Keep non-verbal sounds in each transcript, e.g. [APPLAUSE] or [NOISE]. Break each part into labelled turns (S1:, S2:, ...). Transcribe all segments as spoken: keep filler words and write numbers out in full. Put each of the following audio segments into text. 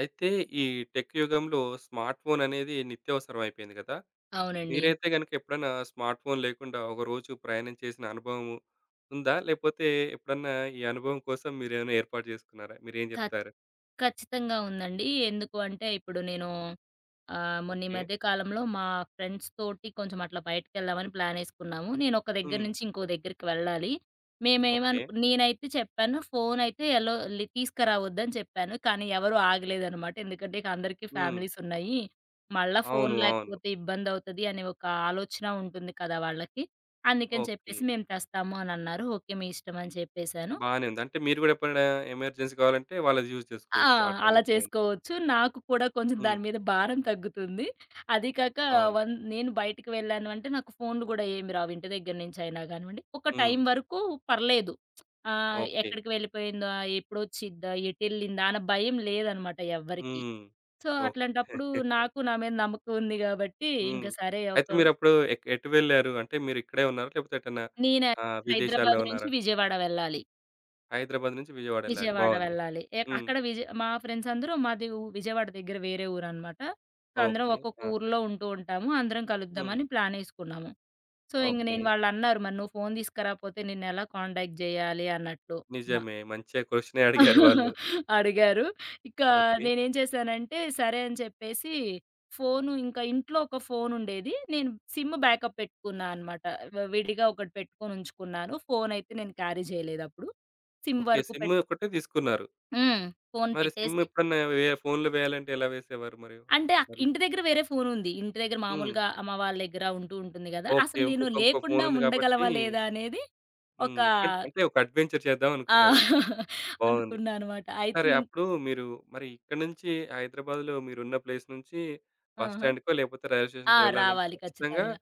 S1: అయితే ఈ టెక్ యుగంలో స్మార్ట్ ఫోన్ అనేది నిత్యావసరం అయిపోయింది కదా!
S2: అవునండి.
S1: మీరైతే గనుక ఎప్పుడన్నా స్మార్ట్ ఫోన్ లేకుండా ఒక రోజు ప్రయాణం చేసిన అనుభవం ఉందా? లేపోతే ఎప్పుడన్నా ఈ అనుభవం కోసం మీరేమైనా ఏర్పాటు చేసుకున్నారా? మీరేం
S2: ఖచ్
S1: జెప్తారు?
S2: ఖచ్చితంగా ఉందండి. ఎందుకు అంటే ఇప్పుడు నేను ఆహ్, మొన్న ఈ
S1: ఓకే.
S2: మధ్య కాలంలో మా ఫ్రెండ్స్ తోటి కొంచెం అట్లా బయటికెళ్దామని ప్లానేసుకున్నాము. నేనొక దగ్గర
S1: హ్మ్.
S2: నుంచి ఇంకో దగ్గరికి వెళ్ళాలి.
S1: ఓకే.
S2: మేమేమనుకు నేనైతే చెప్పాను ఫోనయితే ఎలో లి తీసుకురావద్దని చెప్పాను. కానీ ఎవరు ఆగలేదనమాట. ఎందుకంటే ఇక అందరికీ
S1: హ్మ్.
S2: ఫ్యామిలీస్ ఉన్నాయి. మళ్ళా
S1: అవును,
S2: ఫోను
S1: అవును.
S2: లేకపోతే ఇబ్బందవుతది అనే ఒక ఆలోచన ఉంటుంది కదా వాళ్ళకి! అందుకని
S1: ఓకే.
S2: చెప్పేసి మేము తెస్తాము అనన్నారు. ఓకే, మీ ఇష్టం అని చెప్పేసాను.
S1: బానే ఉంది. అంటే మీరు గూడా ఎప్పుడైనా ఎమర్జెన్సీ కావాలంటే వాళ్ళది యూజ్
S2: ఆ!
S1: చేసుకోవచ్చు ఆ
S2: అలా
S1: టైంలో, ఫోన్.
S2: చేసుకోవచ్చు. నాకు కూడా కొంచెం
S1: హ్మ్.
S2: దాని మీద భారం తగ్గుతుంది. అది కాక
S1: అవును.
S2: వన్ నేను బయటికి వెళ్ళాను అంటే నాకు ఫోన్లు గూడా ఏమి రావు. ఇంటి దగ్గర నుంచయినా గానివ్వండి, ఒక
S1: హ్మ్.
S2: టైం వరకు పర్లేదు. ఆహ్,
S1: ఓకే.
S2: ఎక్కడికి వెళ్ళిపోయిందా? ఎప్పుడొచ్చిద్దా? ఎటెళ్ళిందా? అన్న భయం లేదనమాట ఎవ్వరికీ.
S1: హ్మ్.
S2: So,
S1: okay.
S2: అట్లాంటప్పుడు నాకు నా మీద నమ్మకం ఉంది గాబట్టి,
S1: హ్మ్.
S2: ఇంక సరే
S1: అయితే
S2: ఒకరు
S1: మీరప్పుడు ఎక్ ఎటు వెళ్లారు? అంటే మీరు ఇక్కడే ఉన్నారా? లేకపోతే ఎటన్నా
S2: నేనే
S1: ఆహ్, విదేశాల్లో
S2: హైదరాబాద్ నుంచి
S1: ఉన్నారా?
S2: విజయవాడ వెళ్ళాలి.
S1: హైదరాబాద్ నుంచి విజయవాడ ఎళ్ళాలి.
S2: విజయవాడ
S1: బావుంది.
S2: వెళ్ళాలి. ఎ
S1: హ్మ్.
S2: అక్కడ విజ మా ఫ్రెండ్స్ అందరూ మాది ఊ విజయవాడ దగ్గర వేరే ఊరనమాట. సో, అందరం
S1: ఓకే.
S2: ఒక్కొక్క
S1: ఆ!
S2: ఊర్లో ఉంటూ ఉంటాము. అందరం
S1: హ్మ్.
S2: కలుద్దామని ప్లానేసుకున్నాము. సో, ఇంక
S1: ఓకే.
S2: నేను వాళ్ళన్నారు, "మరి నువ్వు ఫోను తీసుకురాకపోతే నిన్నెలా కాంటాక్ట్ జేయాలి?" అన్నట్లు. మ
S1: నిజమే. మంచిగా క్వెషనే అడిగారు వాళ్ళు.
S2: [LAUGHS] అడిగారు. ఇక
S1: ఓకే.
S2: నేనేం చేశానంటే, సరే అని చెప్పేసి ఫోను ఇంకా ఇంట్లో ఒక ఫోనుండేది. నేను సిమ్ బ్యాకప్ పెట్టుకున్నా అనమాట. వ విడిగా ఒకటి పెట్టుకొనుంచుకున్నాను. ఫోనయితే నేను క్యారీ జేయలేదప్పుడు. Sim
S1: okay.
S2: వరకు
S1: సిమ్
S2: పెట్
S1: ఒక్కటే తీసుకున్నారు.
S2: హ్మ్. ఫోను
S1: మరి సిమ్
S2: పెట్టేసి
S1: ఎప్పుడన్నా వే ఫోన్‌లో వేయాలంటే ఎలా వేసేవారు మరి?
S2: అంటే అక్
S1: మళ్ళీ
S2: ఇంటి దగ్గర వేరే ఫోనుంది. ఇంటి దగ్గర
S1: హ్మ్.
S2: మామూలుగా అమ్మ వాళ్ళ దగ్గర ఉంటూ ఉంటుంది గదా!
S1: ఓకే.
S2: అసలు నేను
S1: ఇంకొక ఇంకో
S2: లేకుండా
S1: ఫోనుంది కాబట్టి
S2: ఉండగలవా లేదా అనేది ఒక
S1: హ్మ్. అంటే ఒక అడ్వెంచర్ చేద్దాం
S2: ఆ!
S1: అనుకున్నారు. బావుంది.
S2: అనుకున్నా అనమాట. అయితే
S1: సరే.
S2: ఇం
S1: అప్పుడు మీరు మరి ఇక్కడి నుంచి, హైదరాబాద్‌లో మీరున్న ప్లేస్ నుంచి బస్
S2: ఆహా!
S1: స్టాండ్‌కో లేకపోతే రైల్వే
S2: ఆ!
S1: స్టేషన్‌కో వెళ్ళాలంటే
S2: రావాలి
S1: ఖచ్చితంగా
S2: ఖచ్చితంగా.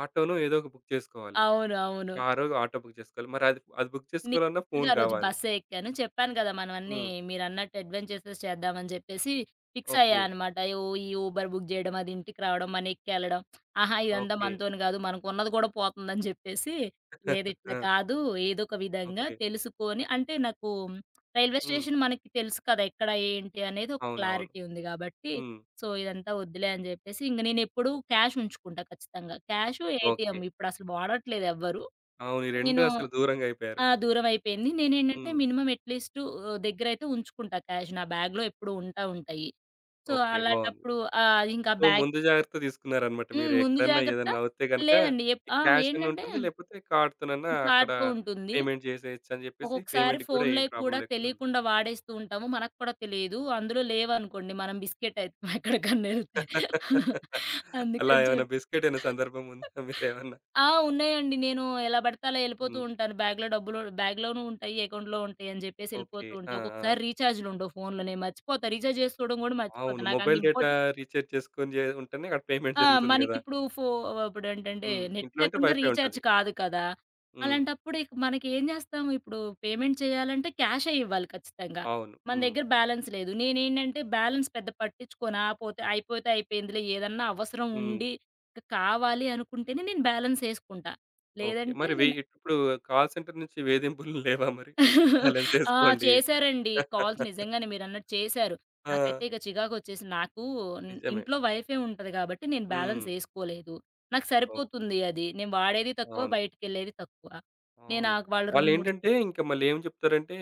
S1: ఆటోనో ఏదో ఒక బుక్ చేసుకోవాలి.
S2: అవును, అవును.
S1: కారో, ఆటో బుక్ చేసుకోవాలి. మరి అది అది బుక్ చేసుకోవాలన్నా
S2: నేను
S1: ఫోన్
S2: ఆ రోజు
S1: కావాలి.
S2: బస్సే ఎక్కాను. చెప్పాను గదా! మనం అన్నీ
S1: హ్మ్.
S2: మీరన్నట్టు అడ్వెంచర్స్ చేద్దామని జెప్పేసి ఫిక్స్ అయ్యా
S1: ఓకే.
S2: అనమాట. ఓ ఈ ఊబర్ బుక్ జేయడం, అది ఇంటికి రావడం, మన ఎక్కెళ్ళడం. ఆహా, ఇదంతా
S1: ఓకే.
S2: మనతోని గాదు. మనకున్నది గూడా పోతుందని జెప్పేసి,
S1: [LAUGHS]
S2: లేదు ఇట్లా
S1: ఆ!
S2: కాదు. ఏదో ఒక విధంగా
S1: ఓకే.
S2: తెలుసుకొని అంటే నాకు రైల్వే
S1: హ్మ్.
S2: స్టేషన్ మనకి తెలుసు కదా! ఎక్కడ ఏంటి అనేది ఒక
S1: అవునవును.
S2: క్లారిటీ ఉంది గాబట్టి,
S1: హ్మ్.
S2: సో, ఇదంతా వద్దులే అని జెప్పేసి ఇంక నేనెప్పుడూ క్యాష్ ఉంచుకుంటా ఖచ్చితంగా. Cash, ATM
S1: okay.
S2: ఇప్పుడసలు వాడట్లేదు ఎవ్వరు.
S1: అవును. ఈ రెండు
S2: నేను
S1: అసలు దూరంగా అయిపోయారు.
S2: ఆ! దూరవయిపోయింది. నేనేంటంటే
S1: హ్మ్.
S2: మినిమమ్ అట్‌లీస్ట్ ఆహ్, దగ్గరైతే ఉంచుకుంటా క్యాష్. నా బ్యాగ్‌లో ఎప్పుడూ ఉంటా ఉంటాయి. So,
S1: okay. బావుంది.
S2: అలాంటప్పుడు ఆహ్, ఇంకా
S1: సో,
S2: బ్యాగ్
S1: ముందు జాగ్రత్త తీసుకున్నారనమాట.
S2: హ్మ్.
S1: మీరు
S2: ముందు
S1: ఎక్కడన్నా
S2: జాగ్రత్త
S1: ఏదన్నా అవుతే గనక
S2: లేదండి. ఎప్
S1: ఈ
S2: ఆ!
S1: క్యాష్ అని
S2: ఏంటంటే
S1: ఉంటుంది. లేకపోతే కార్డ్‌తోనన్నా అక్కడ
S2: కార్డ్‌తో ఉంటుంది.
S1: పేమెంట్ చేసేయొచ్చు అని చెప్పేసి
S2: ఒక్కొక్కసారి
S1: పేమెంట్‌కి కూడా ఏం
S2: ఫోన్‌లోయి కూడా
S1: ప్రాబ్లమ్ లేకుండా ఉంది.
S2: తెలియకుండా వాడేస్తూ ఉంటాము. మనకు కూడా తెలియదు. అందులో లేవనుకోండి మనం బిస్కెట్ అయితాం [LAUGHS] ఎక్కడికన్నా ఎళ్తే.
S1: [LAUGHS] అలా
S2: అందుకని
S1: ఏమైనా
S2: చెప్పి
S1: బిస్కెట్ అయిన సందర్భం ఉందా? [LAUGHS] మీరేమన్నా?
S2: ఆ, ఉన్నాయండి. నేను ఎలా పడితే అలా ఎళ్ళిపోతూ
S1: హ్మ్.
S2: ఉంటాను. బ్యాగ్‌లో డబ్బులు బ్యాగ్‌లోనూ ఉంటాయి, అకౌంట్‌లో ఉంటాయి అని జెప్పేసి
S1: ఓకే.
S2: ఎళ్ళిపోతూ
S1: ఆ!
S2: ఉంటా.
S1: ఆ!
S2: ఒక్కొక్కసారి రీచార్జ్‌లుండవు ఫోన్‌లో. నేను మర్చిపోతా. రీచార్జ్ చేసుకోవడం గూడా మర్చిపోతా.
S1: అవును.
S2: నాకంత
S1: మొబైల్ డేటా
S2: ఇంపార్టెంట్
S1: రీచార్జ్ చేసుకొని జే ఉంటేనే అక్కడ పేమెంట్
S2: ఆ!
S1: జరుగుతుంది గదా!
S2: మనకిప్పుడు ఫో ఇప్పుడేంటంటే
S1: హ్మ్.
S2: నెట్
S1: ఇంట్లో అంటే
S2: లేకుండా
S1: వైఫై
S2: రీచార్జ్
S1: ఉంటది.
S2: కాదు కదా!
S1: హ్మ్.
S2: అలాంటప్పుడు ఇక మనకేం చేస్తాం ఇప్పుడు పేమెంట్ చేయాలంటే క్యాషే ఇవ్వాలి ఖచ్చితంగా.
S1: అవును.
S2: మన
S1: హ్మ్.
S2: దగ్గర బ్యాలెన్స్ లేదు. నేనేంటంటే బ్యాలెన్స్ పెద్ద పట్టించుకోను. ఆ పోతే అయిపోతే అయిపోయిందిలే ఏదన్నా అవసరం
S1: హ్మ్.
S2: ఉండి కావాలి అనుకుంటేనే నేను బ్యాలెన్స్ ఏసుకుంటా.
S1: ఓకే.
S2: లేదంటే
S1: మరి వె
S2: నేను
S1: ఇప్పుడు కాల్ సెంటర్ నుంచి వేధింపులు [LAUGHS] లేవా మరి? బ్యాలెన్స్
S2: ఆ!
S1: ఏసుకోండి.
S2: చేశారండి. కాల్స్
S1: [LAUGHS]
S2: నిజంగానే మీరన్నట్టు చేశారు.
S1: ఆ!
S2: నాకైతే ఇక చికాకొచ్చేసింది. నాకు హ్మ్,
S1: నిజమే.
S2: ఇంట్లో వైఫై ఉంటది కాబట్టి నేను
S1: హ్మ్.
S2: బ్యాలెన్స్ ఏసుకోలేదు. నాకు
S1: ఓకే.
S2: సరిపోతుంది అది. నేను వాడేది తక్కువ,
S1: అవును,
S2: బయటికెళ్ళేది తక్కువ. నేను
S1: అవును.
S2: ఆహ్, వాళ్ళు రెండు, మూడు
S1: వాళ్ళేంటంటే ఇంక మళ్ళేం చెప్తారంటే,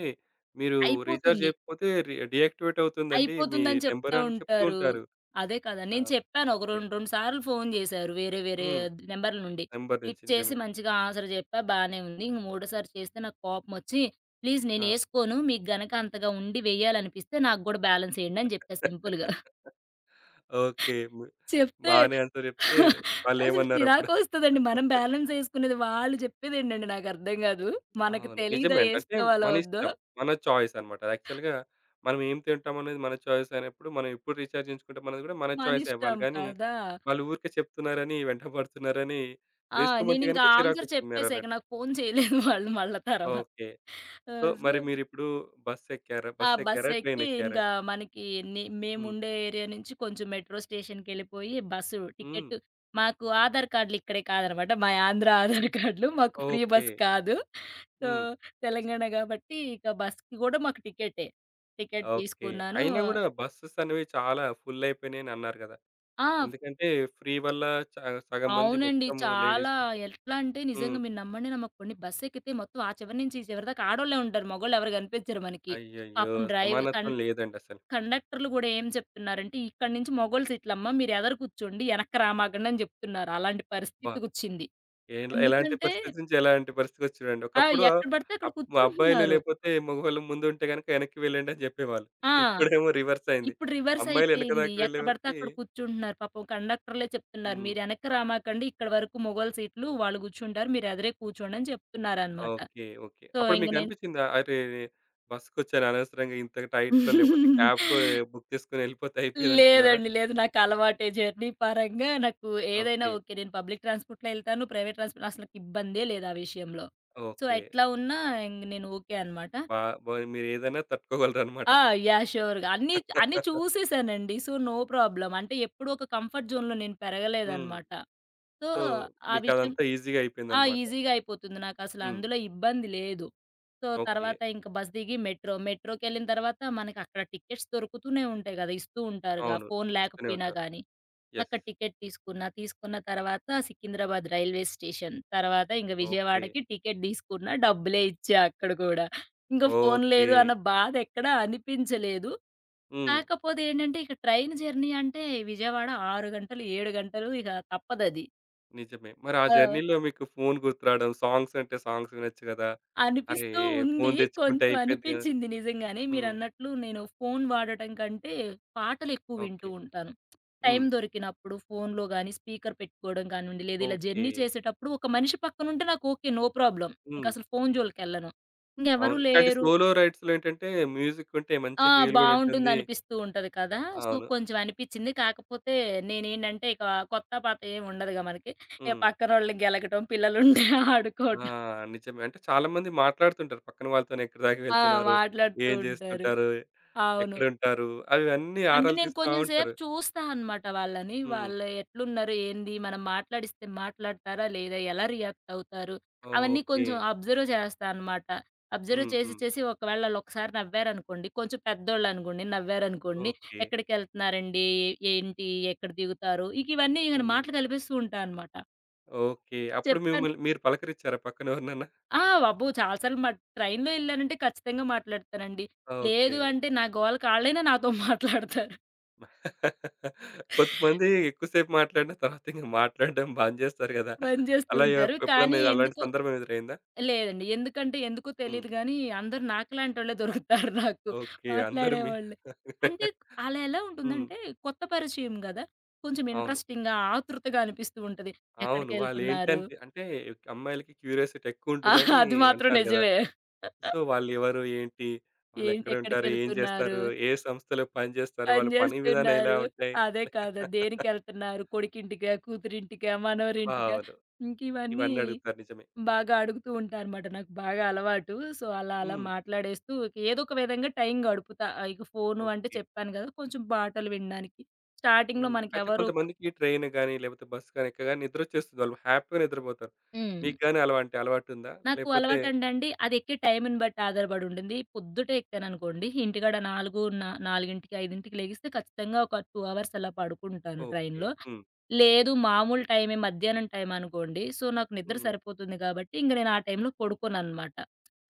S1: మీరు రీచార్జ్
S2: అయిపోతుంది.
S1: చేయకపోతే రీ డీయాక్టివేట్ అవుతుందండి మీ
S2: అయిపోతుందని
S1: నంబర్
S2: చెప్తా
S1: అని చెప్తూ
S2: ఉంటారు.
S1: ఉంటారు.
S2: అదే కదా!
S1: ఆ!
S2: నేను చెప్పాను ఒక
S1: ఓకే.
S2: రెండు, రెండు సార్లు ఫోను జేశారు వేరే వేరే
S1: హ్మ్.
S2: నంబర్ల నుండి.
S1: నంబర్ నుంచి,
S2: లిఫ్ట్ చేసి
S1: నిజమే.
S2: మంచిగా ఆన్సర్ జెప్పా బానే ఉంది. ఇంక మూడోసారి చేస్తే నాకు కోపమొచ్చి "ప్లీజ్
S1: ఆ!
S2: నేనేసుకోను. మీకు గనక అంతగా ఉండి వెయ్యాలనిపిస్తే నాకు గూడా బ్యాలెన్స్ ఎయండి" అని జెప్పా సింపుల్‌గా.
S1: [LAUGHS] ఓకే. ము
S2: చెప్తే
S1: బానే ఆన్సర్ చెప్తే
S2: అసలు
S1: వాళ్ళేమన్నారప్పుడు?
S2: చిరాకొస్తదండి. మనం బ్యాలెన్స్ ఎసుకునేది వాళ్ళు చెప్పేదేంటండి నాకర్థం గాదు. మనకు
S1: అవును,
S2: తెలీదా
S1: నిజమే అండి. అంటే
S2: ఎసుకోవాలో
S1: మన
S2: వద్దో?
S1: ఇష్టం. మన చాయిస్ అన్నమాట. యాక్చువల్‌గా మనం ఏం తింటామనేది మన చాయిస్ అయినప్పుడు, మనం ఎప్పుడు రీచార్జ్ చేయించుకుంటాం అనేది కూడా మన చాయిసే
S2: మనిష్టం
S1: అవ్వాలి గానీ,
S2: కదా!
S1: వాళ్ళు ఊరికే చెప్తున్నారని, వెంటపడుతున్నారని
S2: ఆ!
S1: వేసుకోమంటే
S2: నేనింకా
S1: గనుక
S2: ఆన్సర్
S1: చిరాకొస్తుంది
S2: చెప్పేసా. ఇక
S1: మీరన్నట్టు.
S2: నాకు ఫోను చేయలేదు [LAUGHS] వాళ్ళు మళ్ళా తర్వాత.
S1: ఓకే. సో,
S2: ఆహ్, సో,
S1: మరి మీరిప్పుడు బస్సెక్కారా?
S2: ఆ
S1: బస్సెక్కారా?
S2: బస్సెక్కి
S1: ట్రైనెక్కారా?
S2: ఇంకా మనకి నే
S1: హ్మ్.
S2: మేముండే ఏరియా నుంచి కొంచెం మెట్రో స్టేషన్‌కెళ్ళిపోయి బస్సు
S1: హ్మ్.
S2: టికెట్ మాకు ఆధార్ కార్డులు ఇక్కడే కాదనమాట. మా ఆంధ్ర ఆధార్ కార్డులు మాకు ఫ్రీ
S1: ఓకే.
S2: బస్ కాదు. సో,
S1: హ్మ్.
S2: తెలంగాణ గాబట్టి ఇక బస్‌కి గూడా మాకు టికెటే. Ticket
S1: okay.
S2: తీసుకున్నాను.
S1: అయినా గూడా బస్సెస్ అనేవి చాలా ఫుల్ అయిపోయినాయని అన్నారు గదా!
S2: ఆ,
S1: ఎందుకంటే ఫ్రీ వల్ల చ సగం మంది
S2: అవునండి.
S1: మొత్తము
S2: చాలా
S1: లేడీస్.
S2: ఎట్లా అంటే
S1: హ్మ్.
S2: నిజంగా మీరు నమ్మండి నమ్మకపోండి బస్సెక్కితే మొత్తం ఆ చివరి నుంచి ఈ చివరి దాకా ఆడోళ్ళే ఉంటారు. మగోళ్ళెవరు కనిపించరు మనకి.
S1: అయ్యయ్యో!
S2: పాపం డ్రైవ్ కన్
S1: సమానత్వం లేదండసలు.
S2: కండక్టర్‌లు గూడా ఏం చెప్తున్నారంటే, "ఇక్కడి నుంచి మగోళ్ళు సీట్లమ్మ. మీరు ఎదర కూర్చోండి. ఎనక్కి రామాకండి" అని చెప్తున్నారు. అలాంటి
S1: అబ్బా!
S2: పరిస్థితికొచ్చింది.
S1: ఎల్ ఎలాంటి
S2: ఎందుకంటే
S1: పరిస్థితి నుంచి ఎలాంటి పరిస్థితికొచ్చారు చూడండి.
S2: ఆ,
S1: ఒకప్పుడు ఆ-
S2: ఎక్కడ పడితే అక్కడ
S1: అబ్ మా అబ్బాయిలు
S2: కూర్చుంటున్నారు.
S1: లేపోతే మగవాళ్ళు ముందుంటే గనక వెనక్కి వెళ్ళండి అని చెప్పేవాళ్ళు.
S2: ఆ,
S1: ఇప్పుడేమో రివర్స్ అయింది.
S2: ఇప్పుడు రివర్స్
S1: అమ్మాయిలు వెనక
S2: అయిపోయింది.
S1: దాకా
S2: ఎక్కడ పడితే
S1: వెళ్ళేవరకి
S2: అక్కడ కూర్చుంటున్నారు. పాపం కండక్టర్‌లే చెప్తున్నారు.
S1: హ్మ్.
S2: "మీరు ఎనక్కి రామాకండి. ఇక్కడి వరకు మొగోళ్ళ సీట్లు వాళ్ళు కూర్చుంటారు. మీరు ఎదరే కూర్చోండి" అని చెప్తున్నారనమాట.
S1: Okay, okay.
S2: సో,
S1: అప్పుడు
S2: ఇంక నేను
S1: మీకనిపిచ్చిందా? అరే! బస్సుకొచ్చాను అనవసరంగా, ఇంత టైట్‌లో లేకపోతే క్యాబ్‌కో
S2: [LAUGHS]
S1: బుక్ చేసుకొని ఎళ్ళిపోతే అయిపోయేదనుకున్నారా?
S2: లేదండి, లేదు. నాకలవాటే జర్నీ పరంగా నాకు ఏదైనా
S1: ఓకే.
S2: ఓకే. నేను పబ్లిక్ ట్రాన్స్‌పోర్ట్‌లో ఎళ్తాను. ప్రైవేట్ ట్రాన్స్‌పోర్ట్ అసలకి ఇబ్బందే లేదు ఆ విషయంలో. So,
S1: okay.
S2: ఎట్లా ఉన్నా ఇంగ నేను ఓకే అనమాట.
S1: బా బా మీరేదైనా తట్టుకోగలరనమాట.
S2: ఆ! యాహ్, ష్యూర్‌గా.
S1: హ్మ్.
S2: అన్నీ అన్నీ
S1: [LAUGHS]
S2: చూసేసానండి. So, no problem. అంటే ఎప్పుడూ ఒక కంఫర్ట్ జోన్‌లో నేను పెరగలేదనమాట. సో,
S1: సో,
S2: ఆ విషయం
S1: మీకదంతా ఈజీగా
S2: ఆ!
S1: అయిపోయిందనమాట.
S2: ఈజీగా అయిపోతుంది. నాకసలు
S1: హ్మ్.
S2: అందులో ఇబ్బంది లేదు. So,
S1: okay.
S2: తర్వాత ఇంక బస్ దిగి మెట్రో. మెట్రోకెళ్ళిన తర్వాత మనకక్కడ టికెట్స్ దొరుకుతూనే ఉంటాయి గదా! ఇస్తూ ఉంటారుగా
S1: అవును.
S2: ఫోను
S1: ఇస్తూనే
S2: లేకపోయినా
S1: ఉంటారు.
S2: గానీ.
S1: యెస్.
S2: అక్కడ టికెట్ తీసుకున్నా. తీసుకున్న తర్వాత సికింద్రాబాద్ రైల్వే స్టేషన్. తర్వాత ఇంక
S1: ఓకే.
S2: విజయవాడకి టికెట్ తీసుకున్నా. డబ్బులే ఇచ్చా అక్కడ గూడా. ఇంక ఫోను
S1: ఓకే.
S2: లేదు అన్న బాధ ఎక్కడా అనిపించలేదు.
S1: హ్మ్.
S2: కాకపోతే ఏంటంటే, ఇక ట్రైన్ జర్నీ అంటే విజయవాడ ఆరు గంటలు, ఏడు గంటలు ఇక తప్పదది.
S1: నిజమే. మరి ఆ
S2: ఆ!
S1: జర్నీలో మీకు ఫోను గుర్తు రావడం, సాంగ్స్ అంటే సాంగ్స్ వినొచ్చు గదా! అరే!
S2: అనిపిస్తూ ఉంది.
S1: ఫోను తెచ్చుకుంటే
S2: కొంచెం
S1: అయిపోయేది గదా!
S2: అనిపించింది నిజంగానే.
S1: హ్మ్.
S2: మీరన్నట్లు నేను ఫోను వాడటం కంటే, పాటలెక్కువ
S1: ఓకే.
S2: వింటూ ఉంటాను. టైం
S1: హ్మ్.
S2: దొరికినప్పుడు ఫోనులో గానీ, స్పీకర్ పెట్టుకోవడం కానివ్వండి, లేదా ఇలా
S1: ఓకే.
S2: జర్నీ చేసేటప్పుడు ఒక మనిషి పక్కనుంటే నాకు ఓకే. No problem.
S1: హ్మ్.
S2: ఇంకసలు ఫోను జోలికెళ్ళను. ఇంకెవరు
S1: అవును. ఇట్లాంటి
S2: లేరు
S1: సోలో రైడ్స్‌లో ఏంటంటే మ్యూజిక్ ఉంటే
S2: ఆ!
S1: మంచి ఫీల్ గూడా ఉంటుంది.
S2: బావుంటుందనిపిస్తూ ఉంటది కదా! సో,
S1: అవును.
S2: కొంచెం అనిపిచ్చింది. కాకపోతే నేనేంటంటే, ఇక కొత్త, పాత ఏమి ఉండదుగా మనకి. ఇక
S1: హ్మ్.
S2: పక్కనోళ్ళని గెలకటం, పిల్లలుంటే [LAUGHS]
S1: ఆ!
S2: ఆడుకోవటం.
S1: నిజమే. అంటే చాలామంది మాట్లాడుతుంటారు పక్కన వాళ్ళతోని. ఎక్కడి దాకా
S2: ఆ,
S1: వెళ్తున్నారు?
S2: మాట్లాడుతూ
S1: ఏం
S2: ఉంటారు.
S1: జేస్తుంటారు?
S2: అవును.
S1: ఎక్కడుంటారు? అవి అన్నీ
S2: అంటే
S1: ఆరాలు
S2: నేను
S1: తీస్తా
S2: కొంచెం సేపు
S1: ఉంటారు.
S2: చూస్తా అనమాట వాళ్ళని.
S1: హ్మ్.
S2: వాళ్ళు ఎట్లున్నారు? ఏంది? మనం మాట్లాడిస్తే మాట్లాడతారా, లేదా? ఎలా రియాక్ట్ అవుతారు? అవన్నీ
S1: ఓకే.
S2: కొంచెం అబ్జర్వ్ చేస్తా అనమాట. అబ్జర్వ్
S1: హ్మ్.
S2: చేసి
S1: హ్మ్.
S2: చేసి ఒకవేళ ఆళ్ళొకసారి నవ్వారనుకోండి, కొంచెం పెద్దోళ్ళనుకోండి, నవ్వారనుకోండి,
S1: ఓకే.
S2: ఎక్కడికెళ్తున్నారండి? ఏంటి? ఎక్కడ దిగుతారు? ఇక ఇవన్నీ ఇగ
S1: హ్మ్.
S2: మాటలు కలిపేస్తూ ఉంటా అనమాట.
S1: ఓకే. అప్పుడు
S2: చెప్పాను
S1: మిమ్మల్ని మీరు పలకరించారా పక్కనెవరినన్నా?
S2: ఆ! అబ్బో! చాలా సార్లు మా ట్రైన్‌లో ఎళ్ళానంటే ఖచ్చితంగా మాట్లాడతానండి.
S1: ఓకే.
S2: లేదు అంటే, నా గోలకి ఆళ్ళైనా నాతో [LAUGHS] మాట్లాడతారు.
S1: కొంతమంది ఎక్కువ సేపు మాట్లాడిన తర్వాత ఇంక మాట్లాడడం బంద్ జేస్తారు గదా!
S2: బంద్ చేస్తూ
S1: అలా ఎ
S2: ఉంటారు.
S1: ఎప్పుడన్నా
S2: కానీ
S1: అలాంటి
S2: ఎందుకో
S1: సందర్భం ఎదురైందా?
S2: లేదండి. ఎందుకంటే ఎందుకో
S1: హ్మ్.
S2: తెలీదు గానీ, అందరూ నాకులాంటోళ్ళే దొరుకుతారు నాకు
S1: ఓకే. అందరూ మీ
S2: మాట్లాడేవాళ్ళు. అంటే
S1: [LAUGHS]
S2: ఆళ్ళ ఎలా
S1: హ్మ్.
S2: ఉంటుందంటే, కొత్త పరిచయం గదా! కొంచెం
S1: అవును,
S2: ఇంట్రెస్టింగ్‌గా, ఆతృతగా అనిపిస్తూ ఉంటది.
S1: అవును.
S2: ఎక్కడికెళ్తున్నారు?
S1: వాళ్ళేంటంటే అంటే అమ్మాయిలకి క్యూరియాసిటీ
S2: ఆ,
S1: ఎక్కువుంటుందని
S2: అది మాత్రం
S1: అంటారు గదా!
S2: నిజమే.
S1: సో, వాళ్ళెవరు? ఏంటి?
S2: ఏం
S1: వాళ్ళెక్కడ ఉంటారు? ఏం
S2: ఎక్కడికెళ్తున్నారు?
S1: చేస్తారు? ఏ సంస్థలో పని చేస్తారు?
S2: పని
S1: వాళ్ళ పని విధానం ఎలా
S2: జేస్తున్నారు.
S1: ఉంటాయి?
S2: అదే కాదా!
S1: [LAUGHS]
S2: దేనికెళ్తున్నారు? కొడుకింటికా? కూతురింటికా? మనవరింటికా?
S1: అవును.
S2: ఇంకివన్నీ
S1: ఇవన్నీ అడుగుతారు, నిజమే.
S2: బాగా అడుగుతూ ఉంటారనమాట. నాకు బాగా అలవాటు. సో, అలా అలా
S1: హ్మ్.
S2: మాట్లాడేస్తూ ఇక ఏదో ఒక విధంగా టైం గడుపుతా. ఆహ్, ఇక ఫోను అంటే
S1: ఓకే.
S2: చెప్పాను గదా! కొంచెం పాటలు వినడానికి. స్టార్టింగ్‌లో
S1: హ్మ్. అయితే
S2: మనకెవరు
S1: కొంతమందికి ట్రైన్ గాని, లేకపోతే బస్ గాని ఎక్కగానే నిద్రొచ్చేస్తుంది. వాళ్ళు హ్యాపీగా నిద్రపోతారు.
S2: హ్మ్.
S1: మీకు గాని అలాంటి అలవాటుందా?
S2: నాకు
S1: లేకపోతే
S2: అలవాటండండి, అది ఎక్కే టైంని బట్టి ఆధారపడి ఉండింది. పొద్దుటే ఎక్కాననుకోండి, ఇంటికాడ నాలుగు నా 4:00కి, 5:00కి లెగిస్తే ఖచ్చితంగా ఒక రెండు అవర్స్ అలా పడుకుంటాను
S1: ఓకే.
S2: ట్రైన్‌లో.
S1: హ్మ్.
S2: లేదు మామూలు టైమే మధ్యాహ్నం టైం అనుకోండి, సో నాకు నిద్ర
S1: హ్మ్.
S2: సరిపోతుంది కాబట్టి, ఇంక నేను ఆ టైంలో పడుకోననమాట.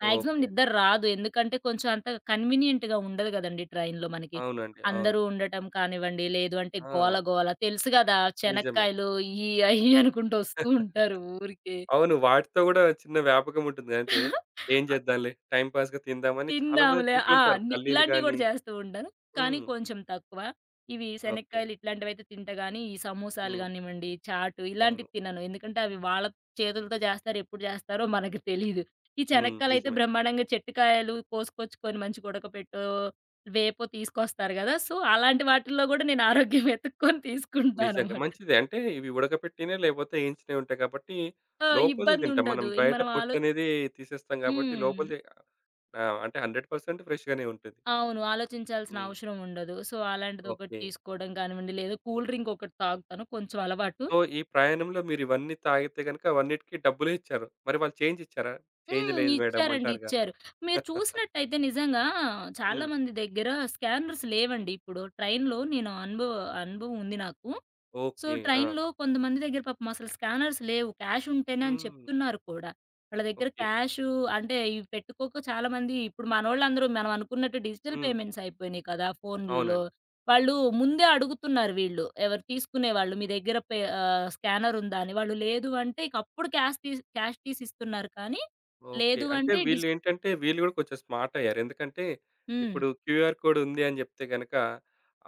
S2: మాక్సిమం
S1: ఓకే అండి.
S2: నిద్ర
S1: ఓకే.
S2: రాదు. ఎందుకంటే కొంచెం అంత కన్వీనియంట్‌గా ఉండదు గదండీ ట్రైన్‌లో మనకి.
S1: అవునండి, అవును.
S2: అందరూ ఉండటం కానివ్వండి, లేదు అంటే
S1: ఆ!
S2: గోల గోల తెలుసు గదా!
S1: నిజమే.
S2: చెనక్కాయలు ఇయ్యి అయ్యి అనుకుంటూ ఒస్తూ ఉంటారు ఊరికే.
S1: అవును. వాటితో గూడా చిన్న వ్యాపకం ఉంటుంది. అంటే ఏం చేద్దాంలే టైమ్ పాస్‌గా తిందామని చాలా మంది
S2: తిందాంలే.
S1: తింటూ
S2: ఆ!
S1: ఉంటారు.
S2: ని
S1: పల్లీలు
S2: ఇలాంటివి
S1: గాని
S2: గూడా చేస్తూ ఉంటాను. కానీ
S1: హ్మ్.
S2: కొంచెం తక్కువ. ఇవి
S1: ఓకే.
S2: శనక్కాయలు ఇట్లాంటివైతే తింటా గానీ, ఈ సమోసాలు
S1: హ్మ్.
S2: గానివ్వండి, చాటు
S1: అవును.
S2: ఇలాంటివి తినను. ఎందుకంటే అవి వాళ్ళ చేతులతో జేస్తారు. ఎప్పుడు జేస్తారో మనకి తెలీదు. ఈ
S1: హ్మ్.
S2: శనక్కాయలైతే
S1: నిజమే.
S2: బ్రహ్మాండంగా చెట్టుకాయలు కోసుకొచ్చుకొని మంచిగా ఉడకపెట్టో, వేపో తీసుకొస్తారు గదా! సో, అలాంటి వాటిల్లో గూడా నేను ఆరోగ్యం [LAUGHS] వెతుక్కొని
S1: నిజంగా
S2: తీసుకుంటాననమాట.
S1: మంచిదే. అంటే ఇవి ఉడకపెట్టినయి లేకపోతే ఏయించినయి ఉంటాయి కాబట్టి
S2: ఆ!
S1: లోపలిది తింటాం. మనం
S2: ఇబ్బందుండదు. ఇంక
S1: బయట
S2: మనం ఆలో
S1: పొట్టనేది తీసేస్తాం కాబట్టి
S2: హ్మ్.
S1: లోపలిది ఆహ్, అంటే వంద శాతం ఫ్రెష్‌గానే ఉంటుంది.
S2: అవును, ఆలోచించాల్సిన
S1: హ్మ్.
S2: అవసరం ఉండదు. సో, అలాంటిదొకటి
S1: ఓకే.
S2: తీసుకోవడం కానివ్వండి, లేదా కూల్ డ్రింక్ ఒకటి తాగుతాను. కొంచెం అలవాటు.
S1: సో, ఈ ప్రయాణంలో మీరివన్నీ తాగితే గనుక అవన్నిటికి డబ్బులే ఇచ్చారు. మరి వాళ్ళు చేంజ్ ఇచ్చారా? చేంజ్
S2: హ్మ్,
S1: లేదు మేడమ్
S2: ఇచ్చారండి,
S1: అంటారుగా.
S2: ఇచ్చారు. మీరు
S1: [LAUGHS]
S2: చూసినట్టయితే నిజంగా చాలా
S1: హ్మ్.
S2: మంది దగ్గర స్కానర్స్ లేవండి ఇప్పుడు. ట్రైన్‌లో నేను అనుభవ అనుభవం ఉంది నాకు. So,
S1: okay. ఆ!
S2: ట్రైన్‌లో కొంతమంది దగ్గర పాపం అసలు స్కానర్స్ లేవు. క్యాష్ ఉంటేనే అని
S1: హ్మ్.
S2: చెప్తున్నారు కూడా. వాళ్ళ దగ్గర
S1: ఓకే.
S2: క్యాషు అంటే ఇవి పెట్టుకోక చాలామంది ఇప్పుడు మనోళ్ళందరూ మనం అనుకున్నట్టు డిజిటల్
S1: హ్మ్.
S2: పేమెంట్స్ అయిపోయినాయి కదా ఫోనుల్లో!
S1: అవునండి.
S2: వాళ్ళు ముందే అడుగుతున్నారు వీళ్ళు. ఎవరు తీసుకునేవాళ్ళు మీ దగ్గర పే ఆహ్, స్కానర్ ఉందా అని. వాళ్ళు లేదు అంటే ఇక అప్పుడు క్యాష్ తీసి క్యాష్ తీసి ఇస్తున్నారు కానీ,
S1: ఓకే.
S2: లేదు
S1: అంటే
S2: అంటే డిజ్
S1: వీళ్ళేంటంటే వీళ్ళు గూడా కొంచెం స్మార్ట్ అయ్యారు. ఎందుకంటే
S2: హ్మ్.
S1: ఇప్పుడు క్యూఆర్ కోడ్ ఉంది అని జెప్తే గనక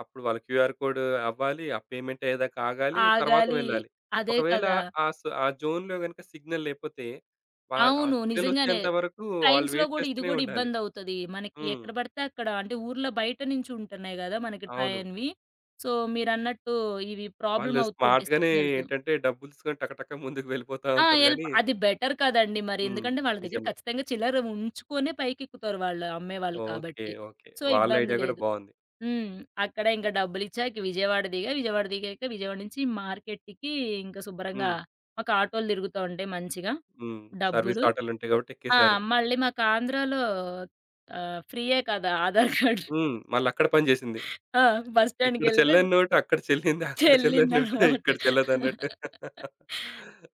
S1: అప్పుడు వాళ్ళ క్యూఆర్ కోడ్ అవ్వాలి. ఆ పేమెంట్ అయ్యేదాకా ఆగాలి. తర్వాత
S2: ఆగాలి.
S1: వెళ్ళాలి.
S2: అదే
S1: ఒకవేళ
S2: కదా!
S1: ఆ స ఆ జోన్‌లో గనుక సిగ్నల్ లేకపోతే వా ఆ
S2: అవును,
S1: సిగ్నల్
S2: నిజంగానే.
S1: వచ్చేంత వరకు వాళ్ళు
S2: ట్రైన్స్‌లో
S1: వెయిట్
S2: గూడా ఇది
S1: చేస్తూనే
S2: గూడా
S1: ఉండాలి.
S2: ఇబ్బందవుతది. మనకి
S1: హ్మ్.
S2: ఎక్కడ బడితే అక్కడ అంటే ఊర్లో బయట నుంచి ఉంటున్నాయి గదా మనకి
S1: అవును.
S2: ట్రైన్‌వి! సో, మీరన్నట్టు ఇవి ప్రాబ్లమ్
S1: వాళ్ళు
S2: అవుతూ ఉంటాయి
S1: స్మార్ట్‌గానే
S2: సిగ్నల్స్.
S1: ఏంటంటే డబ్బులు తీసుకొని టక టక ముందుకు వెళ్ళిపోతా
S2: ఆ!
S1: ఉంటారు
S2: ఎల్ప్
S1: గానీ
S2: అది బెటర్ కదండీ మరి.
S1: హ్మ్.
S2: ఎందుకంటే వాళ్ళ దగ్గర
S1: నిజమే.
S2: ఖచ్చితంగా చిల్లర ఉంచుకొనే పైకెక్కుతారు వాళ్ళు అమ్మేవాళ్ళు
S1: ఓకే,
S2: కాబట్టి.
S1: ఓకే.
S2: సో,
S1: వాళ్ళ
S2: ఇబ్బంది
S1: ఐడియా గూడా
S2: లేదు.
S1: బావుంది.
S2: హ్మ్. అక్కడ ఇంక డబ్బులిచ్చాక విజయవాడ దిగా, విజయవాడ దిగాక విజయవాడ నుంచి మార్కెట్‌కి ఇంక శుభ్రంగా
S1: హ్మ్.
S2: మాకు ఆటోలు తిరుగుతా ఉంటాయి మంచిగా.
S1: హ్మ్. సర్వీస్
S2: డబ్బులు
S1: ఆటోలుంటాయి కాబట్టి
S2: ఆ!
S1: ఎక్కేసారు.
S2: మళ్ళీ మాకు ఆంధ్రాలో ఆహ్, ఫ్రీయే కదా! ఆధార్ కార్డ్.
S1: హ్మ్. మళ్ళక్కడ పని జేసింది.
S2: ఆ! బస్
S1: ఇక్కడ
S2: స్టాండ్‌కెళ్ళిపోయి
S1: చెల్లని నోటు అక్కడ చెల్లింది. అక్కడ చెల్లని నోటు
S2: చెల్లిందనమాట.
S1: ఇక్కడ చెల్లదన్నట్టు.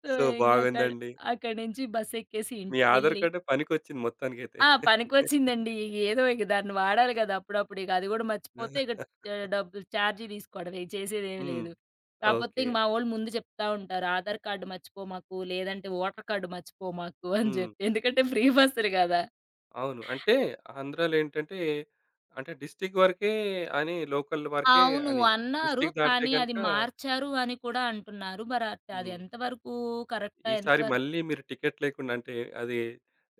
S2: సో,
S1: సో,
S2: ఇంగ అక్కడ
S1: బాగుందండి.
S2: అక్కడి నుంచి బస్సెక్కేసి
S1: మీ ఆధార్
S2: ఇంటికెళ్ళి
S1: కార్డ్ పనికొచ్చింది మొత్తానికైతే.
S2: ఆ! పనికొచ్చిందండి. ఏదో ఇక దాన్ని వాడాలి కదా! అప్పుడప్పుడు. ఇక అది కూడా మర్చిపోతే ఇక ఆహ్, డబ్బులు ఛార్జీ తీసుకోవడమే. చేసేదేమి
S1: హ్మ్.
S2: లేదు. కాపోతే
S1: ఓకే.
S2: ఇంక మా వోళ్ళు ముందు చెప్తా ఉంటారు. ఆధార్ కార్డ్ మర్చిపోమాకు, లేదంటే ఓటర్ కార్డ్ మర్చిపోమాకు అని
S1: హ్మ్.
S2: చెప్పి. ఎందుకంటే ఫ్రీ బస్సులు కదా!
S1: అవును. అంటే ఆంధ్రాలో ఏంటంటే, అంటే డిస్ట్రిక్ట్ వరకే అని, లోకల్ వరకే
S2: అవును
S1: అని.
S2: అన్నారు.
S1: డిస్ట్రిక్ట్ దాటితే
S2: కానీ అది
S1: గనక
S2: మార్చారు అని కూడా అంటున్నారు. మరి అట్ అది
S1: హ్మ్.
S2: ఎంతవరకు కరెక్టా?
S1: ఈసారి
S2: ఎంతవరకు
S1: మళ్ళీ మీరు టికెట్ లేకుండా అంటే అది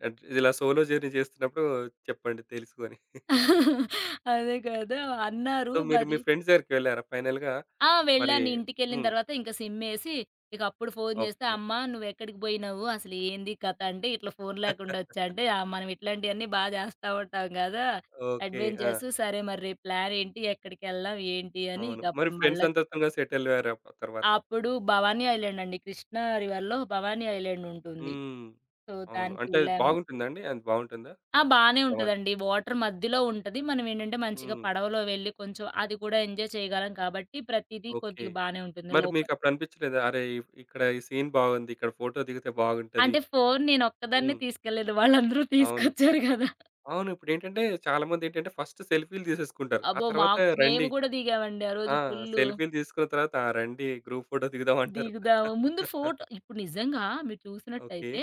S1: అంటే ఇలా సోలో జర్నీ చేస్తున్నప్పుడు చెప్పండి తెలుసు అని.
S2: [LAUGHS] అదే కదా! అన్నారు.
S1: సో, మీరు మీ
S2: మరి
S1: ఫ్రెండ్స్ దగ్గరికి వెళ్లారా ఫైనల్‌గా?
S2: ఆ!
S1: మరి
S2: వెళ్ళాను. ఇంటికెళ్ళిన
S1: హ్మ్.
S2: తర్వాత ఇంక సిమ్మేసి, ఇక అప్పుడు ఫోను చేస్తే,
S1: ఓకే,
S2: "అమ్మా నువ్వెక్కడికి పోయినావు? అసలు ఏంది కథ?" అంటే, "ఇట్లా ఫోను లేకుండా వచ్చా" అంటే, "ఆహ్, మనం ఇట్లాంటియన్నీ బా చేస్తా ఉంటాం కదా!
S1: ఓకే. ఆ!
S2: అడ్వెంచర్స్. సరే మరి రేపు ప్లానేంటి? ఎక్కడికెళ్దాం? ఏంటి?" అని
S1: అవును.
S2: ఇక
S1: మరి
S2: అప్పుడు
S1: ఫ్రెండ్స్
S2: మళ్ళా
S1: అందరితోగా సెటిల్ అయ్యారా తర్వాత?
S2: అప్పుడు భవానీ ఐలాండ్ అండి. కృష్ణా రివర్‌లో భవానీ ఐలాండ్ ఉంటుంది.
S1: హ్మ్.
S2: సో,
S1: అవును. అంటే అది
S2: దానికెళ్ళాము.
S1: బాగుంటుందా అండి? అది బాగుంటుందా?
S2: ఆ, బానే
S1: భవాని.
S2: ఉంటదండి. వాటర్ మధ్యలో ఉంటది. మనమేంటంటే మంచిగా
S1: హ్మ్.
S2: పడవలో వెళ్లి కొంచెం అది కూడా ఎంజాయ్ చేయగలం కాబట్టి ప్రతీదీ
S1: ఓకే.
S2: కొద్దిగా బానే ఉంటుంది
S1: మరి
S2: లోపల.
S1: మీకప్పుడు అనిపించలేదా? అరే! ఇ- ఇక్కడ ఈ సీన్ బాగుంది. ఇక్కడ ఫోటో దిగితే బాగుంటది.
S2: అంటే ఫోను నేనొక్కదాన్నే
S1: హ్మ్.
S2: తీసుకెళ్ళలేదు. వాళ్ళందరూ
S1: అవును,
S2: తీసుకొచ్చారు గదా!
S1: అవును. ఇప్పుడేంటంటే చాలామందేంటంటే ఫస్ట్ సెల్ఫీలు తీసేసుకుంటారు. ఆ
S2: అబ్బో, మా
S1: తర్వాత రండి
S2: మేము గూడా దిగామండి ఆ
S1: ఆ!
S2: రోజు ఫుల్లు.
S1: సెల్ఫీలు తీసుకున్న తర్వాత ఆ! రండి గ్రూప్ ఫోటో దిగుదాం అంటారు.
S2: దిగుదాము ముందు
S1: [LAUGHS]
S2: ఫోటో ఇప్పుడు నిజంగా మీరు
S1: ఓకే.
S2: చూసినట్టయితే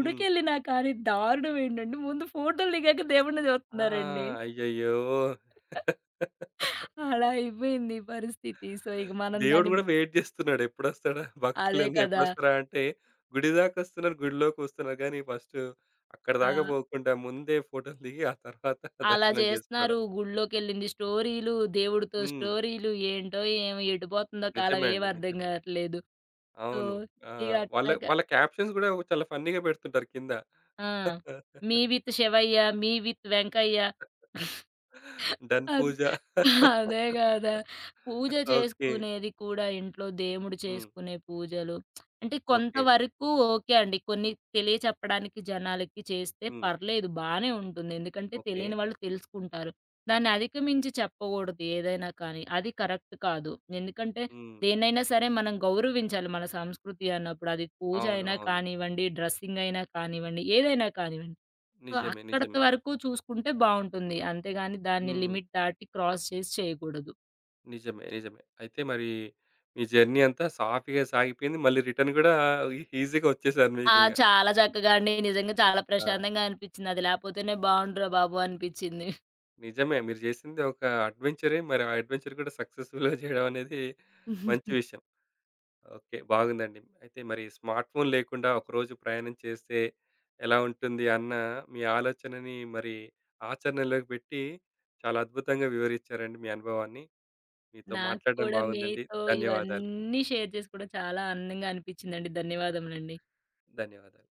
S1: హ్మ్.
S2: కానీ దారుణం ఏంటంటే ముందు ఫోటోలు దిగాక దేవుడిని
S1: ఆ!
S2: చూస్తున్నారండి.
S1: అయ్యయ్యో! [LAUGHS]
S2: అలా అయిపోయింది ఈ పరిస్థితి. సో, ఇక మనం
S1: దేవుడు
S2: దాన్ని
S1: గూడా వెయిట్ జేస్తున్నాడు. ఎప్పుడొస్తాడా
S2: అదే
S1: భక్తులేందో
S2: కదా!
S1: ఎప్పుడొస్తారా అంటే, గుడి దాకొస్తున్నారు, గుడిలోకొస్తున్నారు గానీ ఫస్ట్
S2: ఆ,
S1: అక్కడిదాకా పోకుండా ముందే ఫోటోలు దిగి ఆ తర్వాత [LAUGHS]
S2: అలా
S1: దర్శనం
S2: చేస్తున్నారు.
S1: జేసుకోవడం.
S2: గుడిలోకెళ్ళింది స్టోరీలు, దేవుడితో
S1: హ్మ్.
S2: స్టోరీలు ఏంటో ఏమో ఎటుపోతుందో కాలం
S1: నిజమే
S2: ఏం
S1: అండి,
S2: అర్థం
S1: నిజమే.
S2: కావట్లేదు. సో,
S1: అవును. ఆ!
S2: ఇగ
S1: వాళ్ళ
S2: అట్లాగా
S1: వాళ్ళ క్యాప్షన్స్ గూడా చాలా ఫన్నీగా పెడుతుంటారు కింద.
S2: ఆ, 'me with Shivayya', 'me with Venkayya'.
S1: Done
S2: అద్
S1: పూజ.
S2: అదే గదా! పూజ
S1: ఓకే.
S2: చేసుకునేది కూడా ఇంట్లో దేవుడు
S1: హ్మ్.
S2: చేసుకునే పూజలు అంటే
S1: ఓకే.
S2: కొంతవరకు ఓకే అండి. కొన్ని తెలియచెప్పడానికి జనాలకి చేస్తే
S1: హ్మ్.
S2: పర్లేదు బానే ఉంటుంది. ఎందుకంటే
S1: ఓకే.
S2: తెలియని వాళ్ళు తెలుసుకుంటారు. దాన్ని అధిగమించి చెప్పకూడదు ఏదైనా కానీ. అది కరెక్ట్ కాదు. ఎందుకంటే
S1: హ్మ్.
S2: దేన్నైనా సరే మనం గౌరవించాలి మన సంస్కృతి అన్నప్పుడు. అది పూజ
S1: అవును,
S2: అయినా
S1: అవును.
S2: కానివ్వండి, డ్రెస్సింగ్ అయినా కానివ్వండి, ఏదైనా కానివ్వండి. సో,
S1: నిజమే,
S2: అక్కడత
S1: నిజమే.
S2: వరకు చూసుకుంటే బావుంటుంది. అంతేగాని దాన్ని
S1: హ్మ్.
S2: లిమిట్ దాటి క్రాస్ చేసి చేయకూడదు.
S1: నిజమే, నిజమే. అయితే మరి మీ జర్నీ అంతా సాఫీగా సాగిపోయింది. మళ్ళీ రిటర్న్ గూడా ఈజీగా వచ్చేసారు
S2: ఆ,
S1: మీరింగ.
S2: చాలా చక్కగా అండి. నిజంగా చాలా
S1: ఆ!
S2: ప్రశాంతంగా అనిపిచ్చింది. అది లేపోతేనే బావుండురా బాబు అనిపిచ్చింది.
S1: నిజమే. మీరు జేసింది ఒక అడ్వెంచరే. మరి ఆ అడ్వెంచర్ కూడా సక్సెస్‌ఫుల్‌గా చేయడం అనేది మంచి
S2: [LAUGHS]
S1: విషయం. ఓకే. బాగుందండి. అయితే మరి స్మార్ట్ ఫోన్ లేకుండా ఒకరోజు ప్రయాణం చేస్తే ఎలా ఉంటుంది అన్న మీ ఆలోచనని మరి ఆచరణలోకి పెట్టి చాలా అద్భుతంగా వివరించారండి మీ అనుభవాన్ని. మీతో
S2: నాకు
S1: మాట్లాడడం
S2: కూడా
S1: బాగుందండి.
S2: మీతో
S1: ధన్యవాదాలు.
S2: ఇవన్నీ షేర్ చేసుకోవడం చాలా అందంగా అనిపిచ్చిందండి. ధన్యవాదములండి.
S1: ధన్యవాదాలు.